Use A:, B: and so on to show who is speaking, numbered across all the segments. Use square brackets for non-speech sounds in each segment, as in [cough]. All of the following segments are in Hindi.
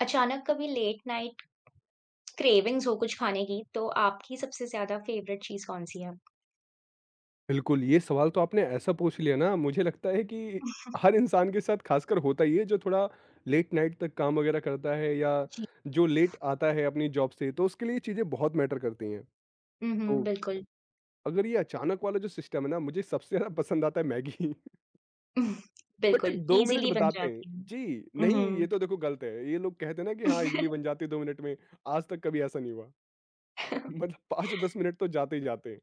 A: अचानक कभी लेट नाइट क्रेविंग्स हो कुछ खाने की, तो आपकी सबसे ज़्यादा फ़ेवरेट चीज़ कौन-सी है?
B: बिल्कुल, ये सवाल तो आपने ऐसा पूछ लिया ना मुझे लगता है कि हर इंसान के साथ खासकर होता ही है जो थोड़ा लेट नाइट तक काम वगैरह करता है या
A: जी।
B: जो लेट आता है अपनी जॉब से तो उसके लिए चीज़ें बहुत मैटर करती हैं।
A: हुँ, हुँ,
B: तो
A: बिल्कुल।
B: अगर ये अचानक वाला जो सिस्टम है ना मुझे सबसे ज़्यादा पसंद आता है मैगी। [laughs]
A: [laughs]
B: बट ये
A: बिल्कुल,
B: 2 मिनट
A: ईज़िली बन
B: बताते हैं।
A: जाती है।
B: जी,
A: हुँ,
B: नहीं ये
A: हुँ।
B: तो देखो गलत है। ये लोग कहते हैं ना कि हाँ, इज़िली बन
A: [laughs]
B: जाती है 2 मिनट में, आज तक कभी ऐसा नहीं हुआ। [laughs] मतलब 5-10 मिनट तो जाते ही जाते हैं।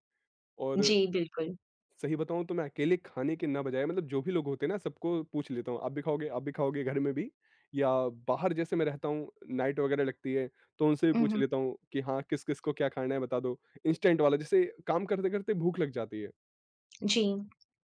B: और
A: जी, बिल्कुल।
B: सही बताऊँ तो मैं अकेले खाने के ना बजाय मतलब जो भी लोग होते हैं ना सबको पूछ लेता हूँ, आप भी खाओगे? आप भी खाओगे? घर में भी या बाहर जैसे मैं रहता हूँ नाइट वगैरह लगती है, तो उनसे भी
A: हुँ,
B: पूछ
A: हुँ।
B: लेता हूँ कि हाँ, किस-किस को क्या खाना है बता दो। इंस्टेंट वाला जैसे काम करते-करते भूख लग जाती है,
A: जी,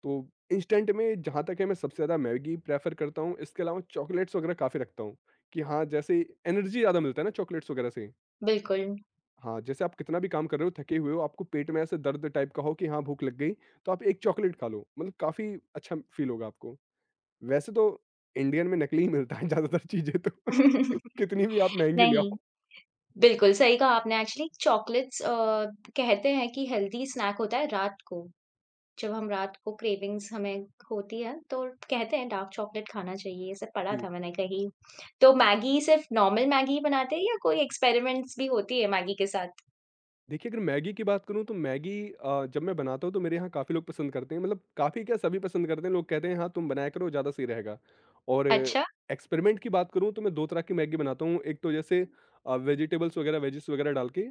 B: तो इंस्टेंट में जहाँ तक है मैं सबसे ज़्यादा मैगी प्रेफ़र करता हूँ, इसके अलावा चॉकलेट्स वगैरह काफ़ी रखता हूँ कि हाँ, जैसे एनर्जी ज़्यादा मिलता है ना चॉकलेट्स वगैरह से।
A: बिल्कुल।
B: हाँ, जैसे आप कितना भी काम कर रहे हो, थके हुए हो, आपको पेट में ऐसे दर्द टाइप का हो कि हाँ, भूख लग गई, तो आप 1 चॉकलेट खा लो, मतलब काफ़ी अच्छा फ़ील होगा आपको। वैसे तो इंडियन में नकली ही मिलता है ज़्यादातर चीज़ें तो, [laughs]
A: [laughs]
B: कितनी भी आप महँगी ले
A: नहीं,
B: आओ।
A: बिल्कुल सही कहा आपने एक्चुअली चॉकलेट्स कहते हैं कि हेल्दी स्नैक होता है रात को। जब हम रात को क्रेविंग्स हमें होती है तो कहते हैं डार्क चॉकलेट खाना चाहिए, ऐसा पढ़ा
B: जी,
A: था मैंने कहीं। तो मैगी सिर्फ़ नॉर्मल मैगी ही बनाते हैं या कोई एक्सपेरिमेंट्स भी होती है मैगी के साथ?
B: देखिए अगर मैगी की बात करूँ तो मैगी जब मैं बनाता हूँ तो मेरे यहाँ काफ़ी लोग पसंद करते हैं, मतलब काफ़ी क्या सभी पसंद करते हैं, लोग कहते हैं हाँ, तुम बनाया करो ज़्यादा सही रहेगा। और
A: अच्छा।
B: एक्सपेरिमेंट की बात करूँ तो मैं 2 तरह की मैगी बनाता हूँ, एक तो जैसे वेजिटेबल्स वगैरह वेजिस वगैरह डाल के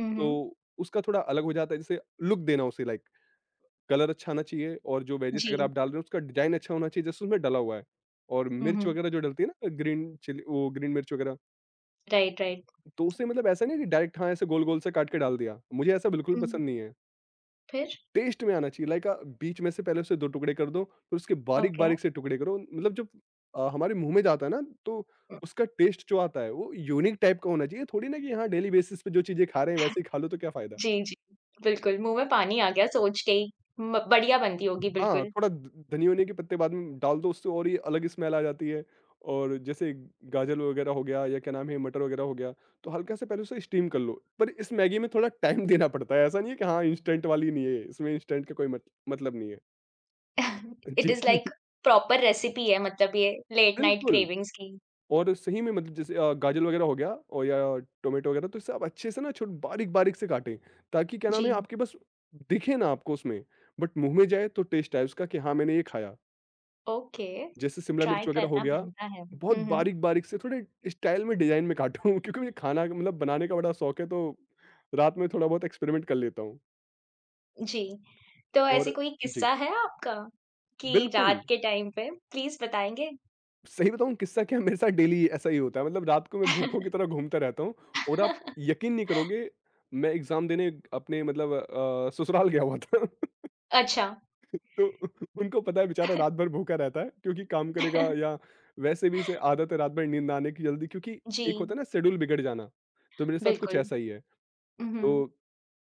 A: हुँ, हुँ।
B: तो उसका थोड़ा अलग हो जाता है। जैसे लुक देना उसे लाइक कलर अच्छा आना चाहिए और जो वेजेस
A: जी।
B: अगर आप डाल रहे हो उसका डिजाइन अच्छा होना चाहिए जैसे उसमें डला हुआ है। और
A: हुँ,
B: मिर्च
A: हुँ।
B: वगैरह जो डलती है ना ग्रीन चिली वो ग्रीन मिर्च वगैरह
A: राइट, राइट।
B: तो उसे मतलब ऐसा नहीं है कि डायरेक्ट हाँ ऐसे गोल गोल से काट के डाल दिया, मुझे ऐसा बिल्कुल
A: हुँ, हुँ।
B: पसंद नहीं है।
A: फिर?
B: टेस्ट में आना चाहिए लाइक बीच में से पहले उसे दो टुकड़े कर दो फिर उसके बारीक
A: ओके।
B: बारीक से टुकड़े करो। मतलब जब हमारे मुंह में जाता है ना तो
A: उम,
B: उसका टेस्ट जो आता है वो यूनिक टाइप का होना चाहिए थोड़ी ना कि हाँ डेली बेसिस पे जो चीजें खा रहे हैं वैसे ही खा लो तो क्या फायदा।
A: जी, जी। बिल्कुल, मुँह में पानी आ गया सोच के ही। म बढ़िया बनती होगी
B: हाँ,
A: बिल्कुल।
B: थोड़ा ध धनिये-वनिये के पत्ते बाद में डाल दो उससे और ही अलग ही स्मेल आ जाती है। और जैसे गाजर वगैरह हो गया या क्या नाम है मटर वगैरह हो गया, तो हल्का सा पहले उसे स्टीम कर लो। पर इस मैगी में थोड़ा टाइम [laughs] देना पड़ता है, ऐसा नहीं है कि हाँ, इंस्टेंट वाली नहीं है ये, इसमें इंस्टेंट का कोई मत मतलब नहीं है।
A: [laughs]
B: जी,
A: it is
B: [laughs]
A: like proper recipe है मतलब ये लेट नाइट
B: बिल्कुल।
A: क्रेविंग्स की।
B: और सही में मतलब जैसे गाजर वगैरह हो गया और या टोमेटो वगैरह तो इसे आप अच्छे से ना छोट बारीक-बारीक से काटें, ताकि क्या
A: जी।
B: नाम है आपके बस दिखे ना आपको उसमें, बट मुँह में जाए तो टेस्ट आए उसका कि हाँ, मैंने ये खाया।
A: ओके।
B: जैसे शिमला
A: ट्राई
B: मिर्च वगैरह हो
A: करना
B: गया,
A: बनता है।
B: बहुत
A: हुँ, हुँ।
B: बारीक-बारीक से थोड़े स्टाइल में, डिज़ाइन में काटूँ [laughs] क्योंकि मुझे खाना मतलब बनाने का बड़ा शौक है तो रात में थोड़ा बहुत एक्सपेरिमेंट कर लेता हूँ।
A: जी, तो ऐसे
B: और
A: कोई
B: जी,
A: किस्सा है आपका कि
B: बिल्कुल,
A: रात के टाइम पे? प्लीज़ बताएँगे?
B: सही बताऊँ किस्सा क्या है मेरे साथ डेली ऐसा ही होता है मतलब रात को मैं भूखों की तरह घूमता रहता हूँ और आप
A: [laughs]
B: यकीन नहीं करोगे मैं एग्ज़ाम देने अपने मतलब ससुराल गया हुआ था। [laughs]
A: अच्छा।
B: तो उनको पता है बेचारा रात भर भूखा रहता है क्योंकि काम करेगा
A: [laughs]
B: या वैसे भी इसे आदत है रात भर नींद आने की जल्दी क्योंकि
A: जी,
B: एक होता है ना शेड्यूल बिगड़ जाना तो मेरे साथ कुछ
A: बिल्कुल।
B: ऐसा ही है।
A: उहुँ,
B: तो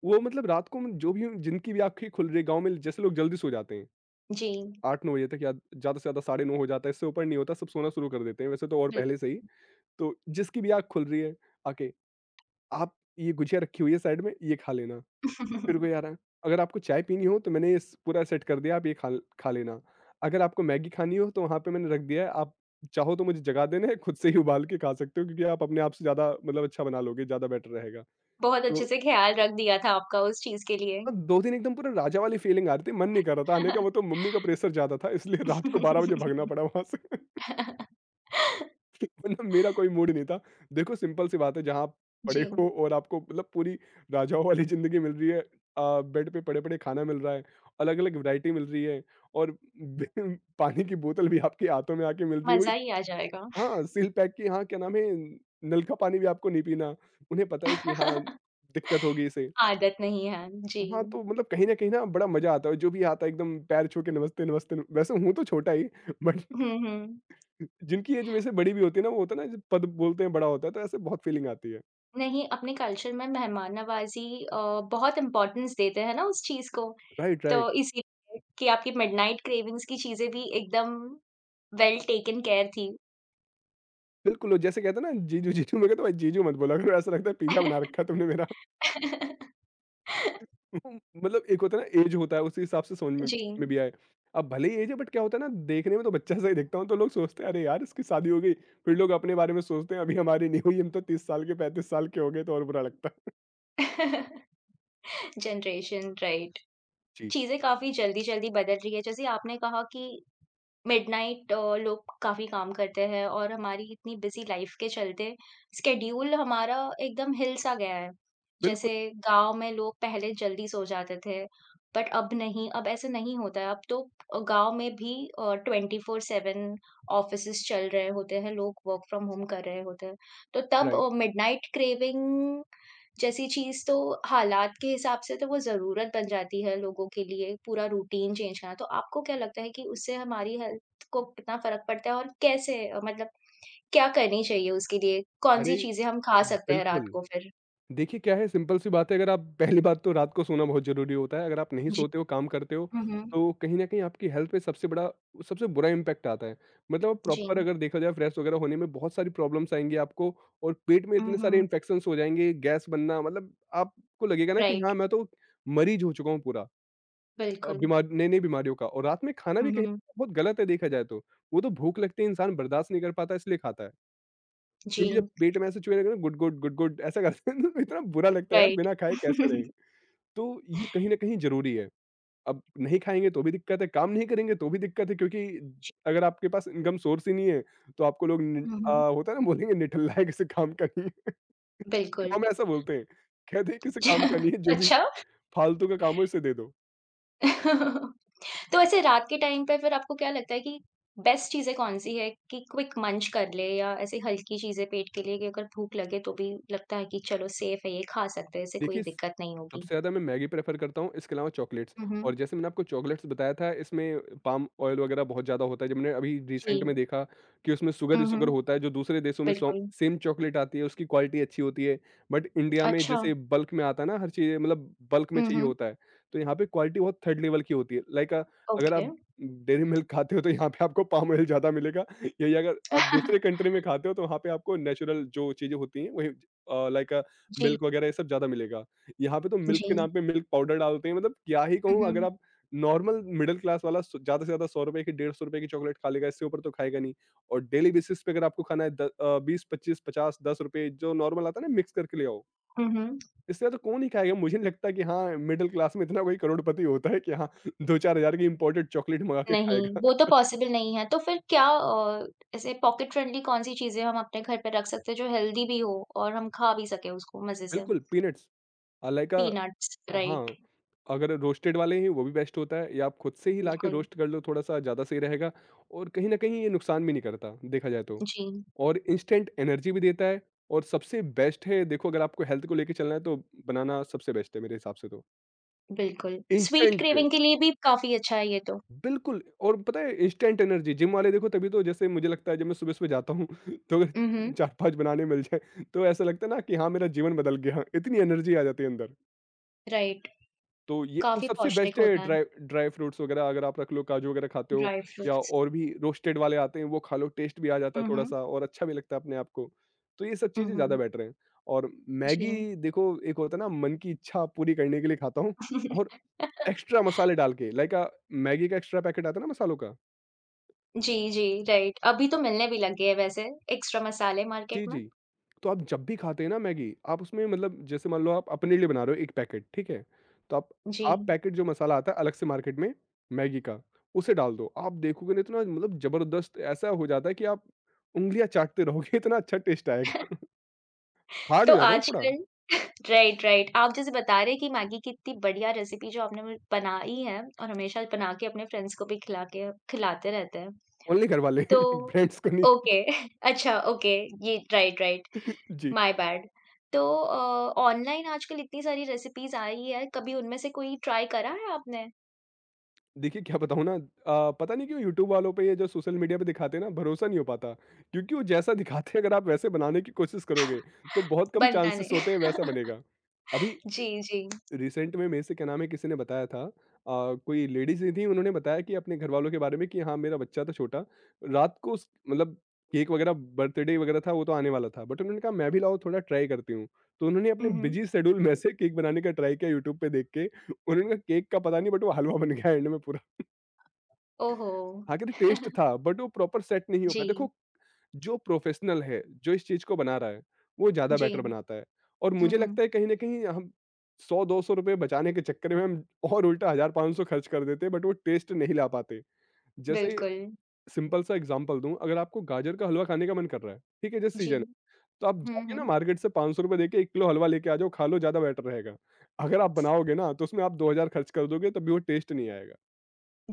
B: वो मतलब रात को जो भी जिनकी भी आंखें खुल रही गांव में जैसे लोग जल्दी सो जाते हैं
A: जी,
B: 8-9 बजे तक या ज्यादा से ज्यादा 9:30 हो जाता है इससे ऊपर नहीं होता सब सोना शुरू कर देते हैं वैसे तो और
A: बिल
B: पहले से ही। तो जिसकी भी आंख खुल रही है आके आप ये गुजिया रखी हुई है साइड में ये खा लेना फिर कोई आ
A: [laughs]
B: रहा है। अगर आपको चाय पीनी हो तो मैंने ये स पूरा सेट कर दिया आप ये खा लेना। अगर आपको मैगी खानी हो तो वहाँ पे मैंने रख दिया है आप चाहो तो मुझे जगा देना। [laughs] है खुद से ही उबाल के खा सकते हो क्योंकि आप अपने आप से ज़्यादा मतलब अच्छा बना लोगे, ज़्यादा बेटर रहेगा।
A: बहुत
B: तो
A: अच्छे से ख़्याल रख दिया था आपका उस चीज़ के लिए।
B: हाँ, 2 दिन एकदम पूरा राजा वाली फीलिंग आ रही थी, मन नहीं कर रहा था आने का वो तो मम्मी का प्रेशर ज़्यादा था इसलिए [laughs] रात को 12 बजे भगना
A: [laughs]
B: पड़ा वहाँ से। [laughs] मतलब मेरा कोई मूड नहीं था। देखो सिंपल सी बात है जहाँ आप पड़े
A: जी,
B: हो और आपको मतलब पूरी राजाओं वाली ज़िंदगी मिल रही है, बेड पे पड़े-पड़े खाना मिल रहा है, अलग-अलग वैरायटी मिल रही है और बे [laughs] पानी की बोतल भी आपके हाथों में आके मिल रही है वही।
A: मज़ा ही आ जाएगा।
B: हाँ, सील पैक की, हाँ, क्या नाम है नल का पानी भी आपको नहीं पीना। उन्हें पता है कि हाँ,
A: [laughs]
B: दिक्कत होगी इसे।
A: आदत नहीं है, जी।
B: हाँ, तो मतलब कहीं न कहीं ना बड़ा मज़ा आता है और जो भी आता है एकदम पैर छू के नमस्ते, नमस्ते, नम वैसे हूँ तो छोटा ही [laughs] बट
A: हुँ, हुँ।
B: जिनकी एज मेरे से बड़ी भी होती है ना, वो होता है ना जब पद बोलते हैं बड़ा होता है तो ऐसे बहुत फीलिंग आती है।
A: नहीं, अपने कल्चर में मेहमान नवाज़ी बहुत इम्पोर्टेंस देते हैं ना उस चीज़ को।
B: राइट,
A: तो
B: राइट।
A: इसीलिए कि आपकी मिडनाइट क्रेविंग्स की चीज़ें भी एकदम वेल टेकन केयर थी।
B: बिल्कुल, वो जैसे कहते हैं ना जीजू, जीजू मैं कहता हूँ भाई जीजू मत बोला करो ऐसा लगता है पिज़्ज़ा बना रखा है तुमने मेरा।
A: [laughs]
B: [laughs] मतलब एक होता है ना एज होता है उसी हिसाब से समझ
A: जी।
B: में भी आए। अब भले ही एज है बट क्या होता है ना देखने में तो बच्चा सा ही दिखता हूँ तो लोग सोचते हैं अरे यार इसकी शादी हो गई। फिर लोग अपने बारे में सोचते हैं अभी हमारी नहीं हुई हम तो 30 साल के 35 साल के हो गए तो और बुरा लगता है।
A: [laughs] Generation right.
B: [laughs] जी,
A: चीज़ें काफ़ी जल्दी-जल्दी बदल रही है। जैसे आपने कहा कि मिडनाइट लोग काफ़ी काम करते हैं और हमारी इतनी बिज़ी लाइफ़ के चलते स्केड्यूल हमारा एकदम हिल-सा गया है।
B: बिल्कुल।
A: जैसे गाँव में लोग पहले जल्दी सो जाते थे, बट अब नहीं, अब ऐसा नहीं होता है। अब तो गाँव में भी 24/7 ऑफ़िसेज़ चल रहे होते हैं, लोग वर्क फ्रॉम होम कर रहे होते हैं। तो तब
B: राइट।
A: मिडनाइट क्रेविंग जैसी चीज़ तो हालात के हिसाब से तो वो ज़रूरत बन जाती है लोगों के लिए, पूरा रूटीन चेंज करना। तो आपको क्या लगता है कि उससे हमारी हेल्थ को कितना फ़र्क पड़ता है और कैसे मतलब क्या करनी चाहिए उसके लिए?
B: अरे
A: कौन-सी चीज़ें हम खा सकते हैं रात
B: बिल्कुल।
A: को फिर?
B: देखिए क्या है सिंपल सी बात है अगर आप [laughs] पहली बात तो रात को सोना बहुत ज़रूरी होता है। अगर आप नहीं
A: जी।
B: सोते हो, काम करते हो
A: हुँ, हुँ।
B: तो कहीं न कहीं आपकी हेल्थ पे सबसे बुरा इम्पैक्ट आता है। मतलब
A: जी।
B: प्रॉपर अगर देखा जाए फ्रेश वगैरह होने में बहुत सारी प्रॉब्लम्स आएँगी आपको। और पेट में
A: हुँ,
B: इतने सारे
A: हुँ।
B: इन्फेक्शंस हो जाएँगे, गैस बनना मतलब आपको लगेगा ना कि
A: राइट,
B: हाँ, मैं तो मरीज हो चुका हूँ पूरा
A: बिल्कुल।
B: बीमार नई-नई बीमारियों का और रात में खाना
A: हुँ,
B: भी कहीं
A: हुँ।
B: बहुत गलत है देखा जाए तो। वो तो भूख लगती है इंसान बर्दाश्त नहीं कर पाता इसलिए खाता है।
A: जी,
B: क्योंकि जब पेट में ऐसे चूहे लगे ना गुड गुड गुड गुड ऐसा करते हैं तो इतना बुरा लगता है यार
A: राइट।
B: बिना खाए कैसे रहें।
A: [laughs]
B: तो ये कहीं न कहीं ज़रूरी है। अब नहीं खाएँगे तो भी दिक्कत है, काम नहीं करेंगे तो भी दिक्कत है क्योंकि
A: जी।
B: अगर आपके पास इनकम सोर्स ही नहीं है तो आपको लोग नि
A: हुँ, हुँ।
B: होता है ना बोलेंगे निठल्ला है किसी काम का नहीं है। [laughs]
A: बिल्कुल।
B: गाँव में ऐसा बोलते हैं, कहते हैं किसी काम का
A: [laughs]
B: नहीं है जो भी
A: अच्छा।
B: फालतू का काम हो इसे दे दो।
A: [laughs] तो ऐसे रात के टाइम पे फिर आपको क्या लगता है कि बेस्ट चीज़ें कौन-सी है कि क्विक मंच कर ले या ऐसे हल्की चीज़ें पेट के लिए कि अगर भूख लगे तो भी लगता है कि चलो सेफ है ये खा सकते हैं, इससे कोई
B: देखिए
A: दिक्कत
B: सबसे
A: नहीं होगी?
B: ज़्यादा मैं मैगी प्रेफ़र करता हूँ, इसके अलावा चॉकलेट्स।
A: हुँ, हुँ।
B: और जैसे मैंने आपको चॉकलेट्स बताया था, इसमें पाम ऑयल वगैरह बहुत ज़्यादा होता है। जब मैंने अभी रिसेंट
A: जी।
B: में देखा कि उसमें शुगर
A: हुँ,
B: ही शुगर
A: हुँ।
B: होता है, जो दूसरे देशों में
A: बिल्कुल।
B: सेम चॉकलेट आती है, उसकी क्वालिटी अच्छी होती है। बट इंडिया में
A: अच्छा।
B: जैसे बल्क में आता है ना, हर चीज़ मतलब बल्क में
A: हुँ,
B: चाहिए
A: हुँ।
B: होता है, तो यहाँ पे क्वालिटी बहुत थर्ड लेवल की होती है। लाइक अगर
A: ओके।
B: आप डेयरी मिल्क खाते हो, तो यहाँ पे आपको पाम ऑयल ज़्यादा मिलेगा। यही अगर आप दूसरे
A: [laughs]
B: कंट्री में खाते हो, तो वहाँ पे आपको नेचुरल जो चीज़ें होती हैं, वही लाइक
A: जी,
B: मिल्क वगैरह ये सब ज़्यादा मिलेगा। यहाँ पे तो मिल्क के
A: जी।
B: नाम पे मिल्क पाउडर डालते हैं मतलब क्या ही
A: हुँ,
B: कहूँ। अगर
A: हुँ।
B: आप नॉर्मल मिडल क्लास वाला ज्यादा से ज्यादा 100 रुपए की 150 रुपए की चॉकलेट खा लेगा इससे ऊपर तो खाएगा नहीं। और डेली बेसिस पे अगर आपको खाना है 20 25 50 10 रुपए जो नॉर्मल आता है ना मिक्स करके ले आओ।
A: हुँ, हुँ।
B: इससे तो कौन ही खाएगा, मुझे नहीं लगता कि हाँ मिडिल क्लास में इतना कोई करोड़पति होता है कि हाँ [laughs] दो चार हजार की इम्पोर्टेड चॉकलेट मंगा के
A: नहीं,
B: खाएगा।
A: वो तो
B: [laughs]
A: पॉसिबल नहीं है। तो फिर क्या ऐसे पॉकेट फ्रेंडली कौन-सी चीज़ें हम अपने घर पे रख सकते हैं जो हेल्दी भी हो और हम खा भी सकें उसको मज़े से?
B: बिल्कुल पीनट्स। अलाइका।
A: Peanuts, right.
B: हाँ, अगर रोस्टेड वाले हैं वो भी बेस्ट होता है या आप खुद से ही लाके
A: बिल्कुल,
B: रोस्ट कर लो थोड़ा-सा ज़्यादा सही रहेगा। और कहीं न कहीं ये नुकसान भी नहीं करता, देखा जाए तो।
A: जी,
B: और इंस्टेंट एनर्जी भी देता है। और सबसे बेस्ट है देखो, अगर आपको हेल्थ को लेके चलना है तो बनाना सबसे बेस्ट है मेरे हिसाब से तो।
A: बिल्कुल। Sweet
B: instant.
A: क्रेविंग के लिए भी काफ़ी अच्छा है ये तो।
B: बिल्कुल, और पता है इंस्टेंट एनर्जी जिम वाले देखो तभी तो, जैसे मुझे लगता है जब मैं सुबह-सुबह जाता हूँ [laughs] तो
A: हुँ,
B: अगर
A: हुँ,
B: 4-5 बनाने मिल जाएँ तो ऐसा लगता है ना कि हाँ, मेरा जीवन बदल गया, इतनी एनर्जी आ जाती है अंदर।
A: राइट,
B: तो ये वो
A: काफ़ी
B: सबसे
A: पौष्टिक
B: बेस्ट है
A: होता है,
B: ड्राई ड्राई फ्रूट्स वगैरह, अगर आप रख लो, काजू वगैरह खाते हो
A: ड्राई
B: या
A: फ्रूट्स।
B: और भी रोस्टेड वाले आते हैं वो खा लो, टेस्ट भी आ जाता है
A: हुँ, हुँ,
B: थोड़ा-सा और अच्छा भी लगता है अपने आप को। तो ये सब
A: हुँ,
B: चीज़ें ज़्यादा
A: हुँ,
B: बेटर हैं। और
A: जी।
B: मैगी, देखो, एक होता है ना मन की इच्छा पूरी करने के लिए खाता हूँ। और
A: [laughs]
B: एक्स्ट्रा मसाले डाल के लाइक मैगी का एक्स्ट्रा पैकेट आता है ना मसालों का।
A: जी, जी, राइट, अभी तो मिलने भी लग गए हैं वैसे एक्स्ट्रा मसाले मार्केट
B: जी,
A: में।
B: जी। तो आप जब भी खाते हैं ना मैगी, आप उसमें मतलब जैसे मान लो आप अपने लिए बना रहे हो 1 पैकेट, ठीक है? तो आप
A: जी,
B: हाफ पैकेट जो मसाला आता है अलग से मार्केट में मैगी का, उसे डाल दो। आप देखोगे ना इतना मतलब ज़बरदस्त ऐसा हो जाता है कि आप उँगलियाँ चाटते रहोगे, [laughs] इतना अच्छा टेस्ट आएगा। हार्ड
A: तो
B: हो जाता है ना थोड़ा।
A: आजकल [laughs] राइट, राइट, आप जैसे बता रहे हैं कि मैगी की इतनी बढ़िया रेसिपी जो आपने मुझे बनाई है और हमेशा बना के अपने फ्रेंड्स को भी खिला के खिलाते रहते हैं।
B: ओनली घर वाले, [laughs]
A: तो
B: फ्रेंड्स को नहीं।
A: ओके, [laughs] अच्छा ओके, ये राइट, राइट।
B: जी।
A: My bad. तो ऑनलाइन आजकल इतनी सारी रेसिपीज़ आई है, कभी उनमें से कोई ट्राई करा है आपने?
B: देखिए, क्या बताऊँ ना पता नहीं क्यों यूट्यूब वालों पे या जो सोशल मीडिया पे दिखाते हैं ना, भरोसा नहीं हो पाता। क्योंकि वो जैसा दिखाते हैं, अगर आप वैसे बनाने की कोशिश करोगे तो बहुत कम
A: बनता
B: चांसेस
A: नहीं।
B: होते हैं
A: [laughs]
B: वैसा बनेगा। अभी
A: जी, जी।
B: रिसेंट में मेरे से क्या नाम है किसी ने बताया था कोई लेडीज ही थी, उन्होंने बताया कि अपने घर वालों के बारे में कि हाँ, मेरा बच्चा था छोटा, रात को उस मतलब केक वगैरह, बर्थडे वगैरह था वो तो आने वाला था, बट उन्होंने कहा मैं भी लाओ थोड़ा ट्राई करती हूँ। तो उन्होंने अपने
A: उहुँ।
B: बिजी शेड्यूल में से केक बनाने का ट्राई किया यूट्यूब पे देख के। उन्होंने कहा केक का पता नहीं, बट वो हलवा बन गया एंड में पूरा।
A: ओहो!
B: हाँ, कहते टेस्ट था बट वो प्रॉपर सेट नहीं हो पाया।
A: जी,
B: देखो, जो प्रोफेशनल है, जो इस चीज़ को बना रहा है, वो ज़्यादा
A: जी।
B: बेटर बनाता है। और मुझे
A: उहुँ,
B: लगता है कहीं न कहीं हम 100-200 रुपए बचाने के चक्कर में हम और उल्टा 1,000-500 खर्च कर देते हैं, बट वो टेस्ट नहीं ला पाते। जैसे
A: बिल्कुल।
B: सिंपल सा एग्ज़ाम्पल दूँ, अगर आपको गाजर का हलवा खाने का मन कर रहा है, ठीक है, जिस
A: जी।
B: सीज़न है, तो आप
A: हुँ,
B: जाइए ना
A: हुँ।
B: मार्केट से ₹500 देके 1 किलो हलवा लेके आ जाओ, खा लो, ज़्यादा बेटर रहेगा। अगर आप बनाओगे ना तो उसमें आप 2,000 खर्च कर दोगे तब भी वो टेस्ट नहीं आएगा।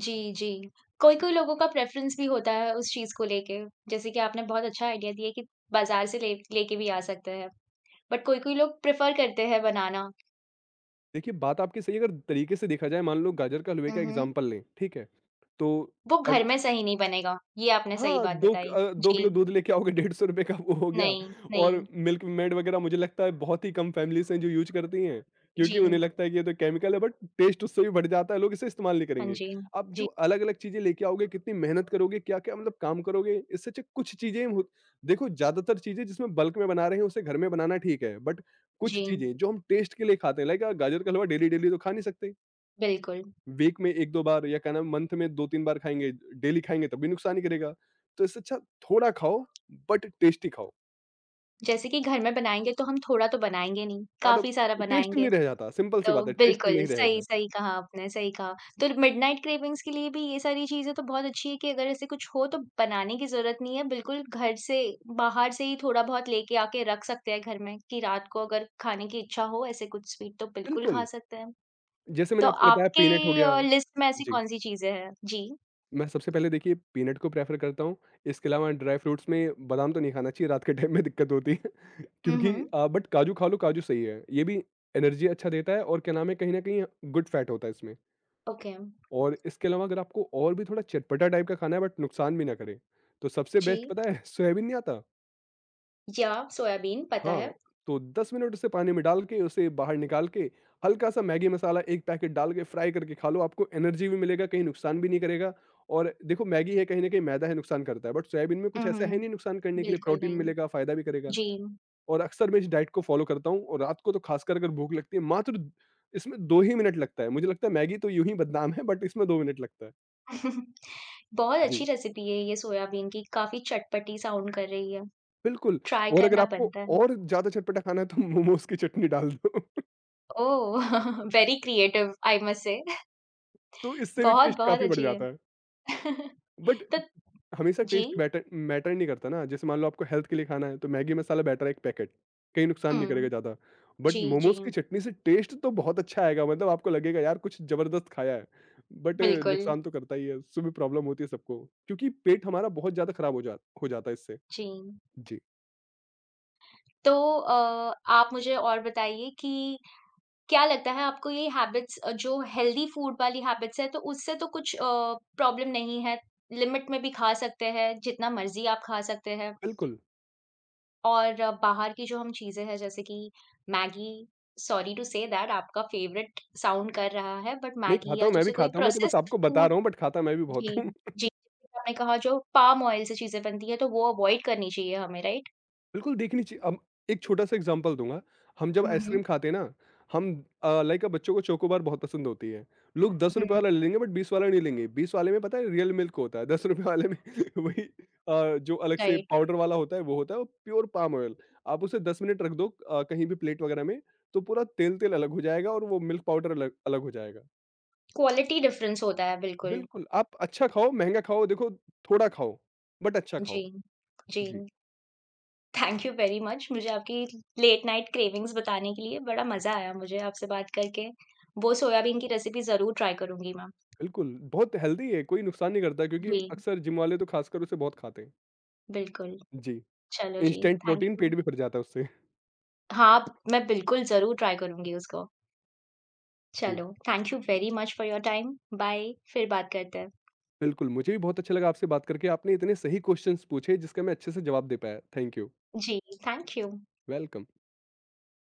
A: जी, जी। कोई-कोई लोगों का प्रेफ़रेंस भी होता है उस चीज़ को लेके, जैसे कि आपने बहुत अच्छा आइडिया दिया कि बाज़ार से ले लेके भी आ सकते हैं, बट कोई-कोई लोग प्रेफ़र करते हैं बनाना।
B: देखिए, बात आपकी सही है, अगर तरीके से देखा जाए मान लो गाजर का हलवे का
A: उहुँ।
B: एग्ज़ाम्पल लें, ठीक है? तो
A: वो
B: अग
A: घर में सही नहीं बनेगा, ये आपने सही
B: हाँ,
A: बात
B: 2 क
A: बताई।
B: अ, 2
A: जी।
B: किलो दूध लेके आओगे ₹150 का वो हो गया,
A: नहीं,
B: और
A: नहीं।
B: मिल्क मेड वगैरह मुझे लगता है बहुत ही कम फैमिलीज़ हैं जो यूज़ करती हैं, क्योंकि
A: जी।
B: उन्हें लगता है कि ये तो केमिकल है, बट टेस्ट उससे भी बढ़ जाता है, लोग इसे इस्तेमाल नहीं
A: हाँ
B: करेंगे।
A: जी।
B: अब जो
A: जी,
B: अलग-अलग चीज़ें लेके आओगे, कितनी मेहनत करोगे, क्या-क्या मतलब काम करोगे, इससे अच्छा कुछ चीज़ें हो। देखो, ज़्यादातर चीज़ें जिसमें बल्क में बना रहे हैं उसे घर में बनाना ठीक है, बट कुछ
A: जी,
B: चीज़ें जो हम टेस्ट के लिए खाते हैं लाइक गाजर का हलवा डेली-डेली तो खा नहीं सकते।
A: बिल्कुल।
B: वीक में 1-2 बार या क्या नाम है मंथ में 2-3 बार खाएँगे, डेली खाएँगे तब भी नुकसान ही करेगा। तो इससे अच्छा थोड़ा खाओ बट टेस्टी खाओ।
A: जैसे कि घर में बनाएँगे तो हम थोड़ा तो बनाएँगे नहीं,
B: ज़्यादा
A: काफ़ी सारा
B: वो टेस्ट
A: बनाएँगे।
B: नहीं रह जाता, सिंपल सी
A: तो
B: बात है टेस्ट
A: बिल्कुल,
B: नहीं
A: सही
B: रहेगा।
A: सही कहा आपने, सही कहा। तो मिडनाइट क्रेविंग्स के लिए भी ये सारी चीज़ें तो बहुत अच्छी है कि अगर ऐसे कुछ हो तो बनाने की ज़रूरत नहीं है, बिल्कुल घर से बाहर से ही थोड़ा-बहुत लेके आके रख सकते हैं घर में कि रात को अगर खाने की इच्छा हो ऐसे कुछ स्वीट तो बिल्कुल
B: बिल्कुल,
A: खा सकते हैं।
B: जैसे मैंने
A: तो
B: आपको बताया पीनट हो
A: आपके
B: गया।
A: लिस्ट में ऐसी
B: जी,
A: कौन-सी चीज़ें हैं? जी।
B: मैं सबसे पहले देखिए पीनट को प्रेफ़र करता हूँ। इसके अलावा ड्राई फ्रूट्स में बादाम तो नहीं खाना चाहिए, रात के टाइम में दिक्कत होती है [laughs]
A: हुँ,
B: क्योंकि
A: हुँ।
B: बट काजू खा लो, काजू सही है। ये भी एनर्जी अच्छा देता है और क्या नाम है कहीं न कहीं गुड फैट होता है इसमें।
A: ओके।
B: और इसके अलावा अगर आपको और भी थोड़ा चटपटा टाइप का खाना है बट नुकसान भी ना करे, तो सबसे
A: जी।
B: बेस्ट पता है [laughs] सोयाबीन नहीं आता?
A: या सोयाबीन, पता
B: हाँ,
A: है।
B: तो 10 मिनट उसे पानी में डाल के उसे बाहर निकाल के हल्का-सा मैगी मसाला 1 पैकेट डाल के फ्राई करके खा लो, आपको एनर्जी भी मिलेगा, कहीं नुकसान भी नहीं करेगा। और देखो मैगी है कहीं न कहीं मैदा है, नुकसान करता है, बट सोयाबीन में कुछ ऐसा
A: उहुँ।
B: है नहीं नुकसान करने के लिए,
A: बिल्कुल
B: प्रोटीन
A: नहीं।
B: मिलेगा, फ़ायदा भी करेगा।
A: जी।
B: और अक्सर मैं इस डाइट को फ़ॉलो करता हूँ, और रात को तो खासकर अगर भूख लगती है मात्र इसमें 2 ही मिनट लगता है। मुझे लगता है मैगी तो यूँ ही बदनाम है, बट इसमें 2 मिनट लगता है।
A: [laughs] बहुत
B: जी।
A: अच्छी रेसिपी है ये सोयाबीन की, काफ़ी चटपटी साउंड कर रही है।
B: बिल्कुल।
A: ट्राई
B: और अगर
A: करना
B: आपको
A: बनता है।
B: और ज़्यादा चटपटा खाना है तो [laughs] मोमोज़ की चटनी डाल दो। [laughs]
A: Oh! [laughs] Very creative I must say. [laughs]
B: तो इससे भी टेस्ट
A: बहुत-बहुत
B: काफ़ी बढ़
A: अच्छी है।
B: जाता है।
A: [laughs]
B: बट
A: तो
B: हमेशा
A: जी।
B: टेस्ट बैटर मैटर नहीं करता ना, जैसे मान लो आपको हेल्थ के लिए खाना है तो मैगी मसाला बैटर है एक पैकेट, कहीं नुकसान नहीं करेगा
A: हुँ।
B: ज़्यादा। बट
A: जी, जी।
B: मोमोज़ की चटनी से टेस्ट तो बहुत अच्छा आएगा, मतलब आपको लगेगा यार कुछ ज़बरदस्त खाया है, बट
A: बिल्कुल,
B: नुकसान तो करता ही है, उससे भी प्रॉब्लम होती है सबको, क्योंकि पेट हमारा बहुत ज़्यादा खराब हो जाता है इससे।
A: जी।
B: जी,
A: तो आप मुझे और बताइए कि क्या लगता है आपको ये हैबिट्स जो हेल्दी फूड वाली हैबिट्स है तो उससे तो कुछ प्रॉब्लम नहीं है, लिमिट में भी खा सकते हैं, जितना मर्ज़ी आप खा सकते हैं
B: बिल्कुल।
A: और बाहर की जो हम चीज़ें हैं जैसे कि Maggi, sorry to say that आपका फेवरेट साउंड कर रहा है बट
B: नहीं
A: मैगी
B: खाता
A: या
B: हूँ, मैं भी
A: जैसे कोई
B: खाता हूँ, मैं तो बस
A: प्रोसेस्ड
B: आपको बता रहा
A: फूड।
B: हूँ बट खाता मैं भी बहुत
A: जी,
B: हूँ।
A: जी, जैसे आपने कहा जो पाम ऑयल से चीज़ें बनती हैं तो वो अवॉइड करनी चाहिए हमें, राइट?
B: बिल्कुल देखनी चाहिए। अब एक छोटा-सा एग्ज़ाम्पल दूँगा, हम जब
A: हुँ, हुँ,
B: आइसक्रीम खाते हैं ना, हम लाइक बच्चों को चोकोबार बहुत पसंद होती है। लोग ₹10
A: हुँ,
B: वाला ले लेंगे बट 20 वाला नहीं लेंगे, 20 वाले में पता है रियल मिल्क होता है, ₹10 वाले में [laughs] वही जो अलग से
A: राइट,
B: पाउडर वाला होता है वो होता है, और प्योर पाम ऑयल। आप उसे 10 मिनट रख दो कहीं भी प्लेट वगैरह में, तो पूरा तेल-तेल अलग हो जाएगा और वो मिल्क पाउडर अलग अलग हो जाएगा।
A: क्वालिटी डिफरेंस होता है बिल्कुल।
B: बिल्कुल, आप अच्छा खाओ, महँगा खाओ, देखो थोड़ा खाओ, बट अच्छा
A: जी,
B: खाओ।
A: जी।
B: जी।
A: Thank you very much. मुझे आपकी लेट नाइट क्रेविंग्स बताने के लिए बड़ा मज़ा आया मुझे आपसे बात करके। वो सोयाबीन की रेसिपी ज़रूर ट्राई करूँगी मैं।
B: बिल्कुल, बहुत हेल्दी है, कोई नुकसान नहीं करता क्योंकि
A: जी,
B: अक्सर जिम वाले तो खासकर उसे बहुत खाते हैं।
A: बिल्कुल।
B: जी,
A: चलो जी,
B: इंस्टेंट
A: थैंक
B: प्रोटीन,
A: यू।
B: पेट भी भर जाता है उससे। [laughs]
A: हाँ, आप- मैं बिल्कुल ज़रूर ट्राई करूँगी उसको।
B: जी,
A: चलो, thank you very much for your time. Bye, फिर बात करते हैं।
B: बिल्कुल, मुझे भी बहुत अच्छा लगा आपसे बात करके, आपने इतने सही क्वेश्चन्स पूछे जिसका मैं अच्छे से जवाब दे पाया। थैंक यू,
A: जी, थैंक यू।
B: वेलकम।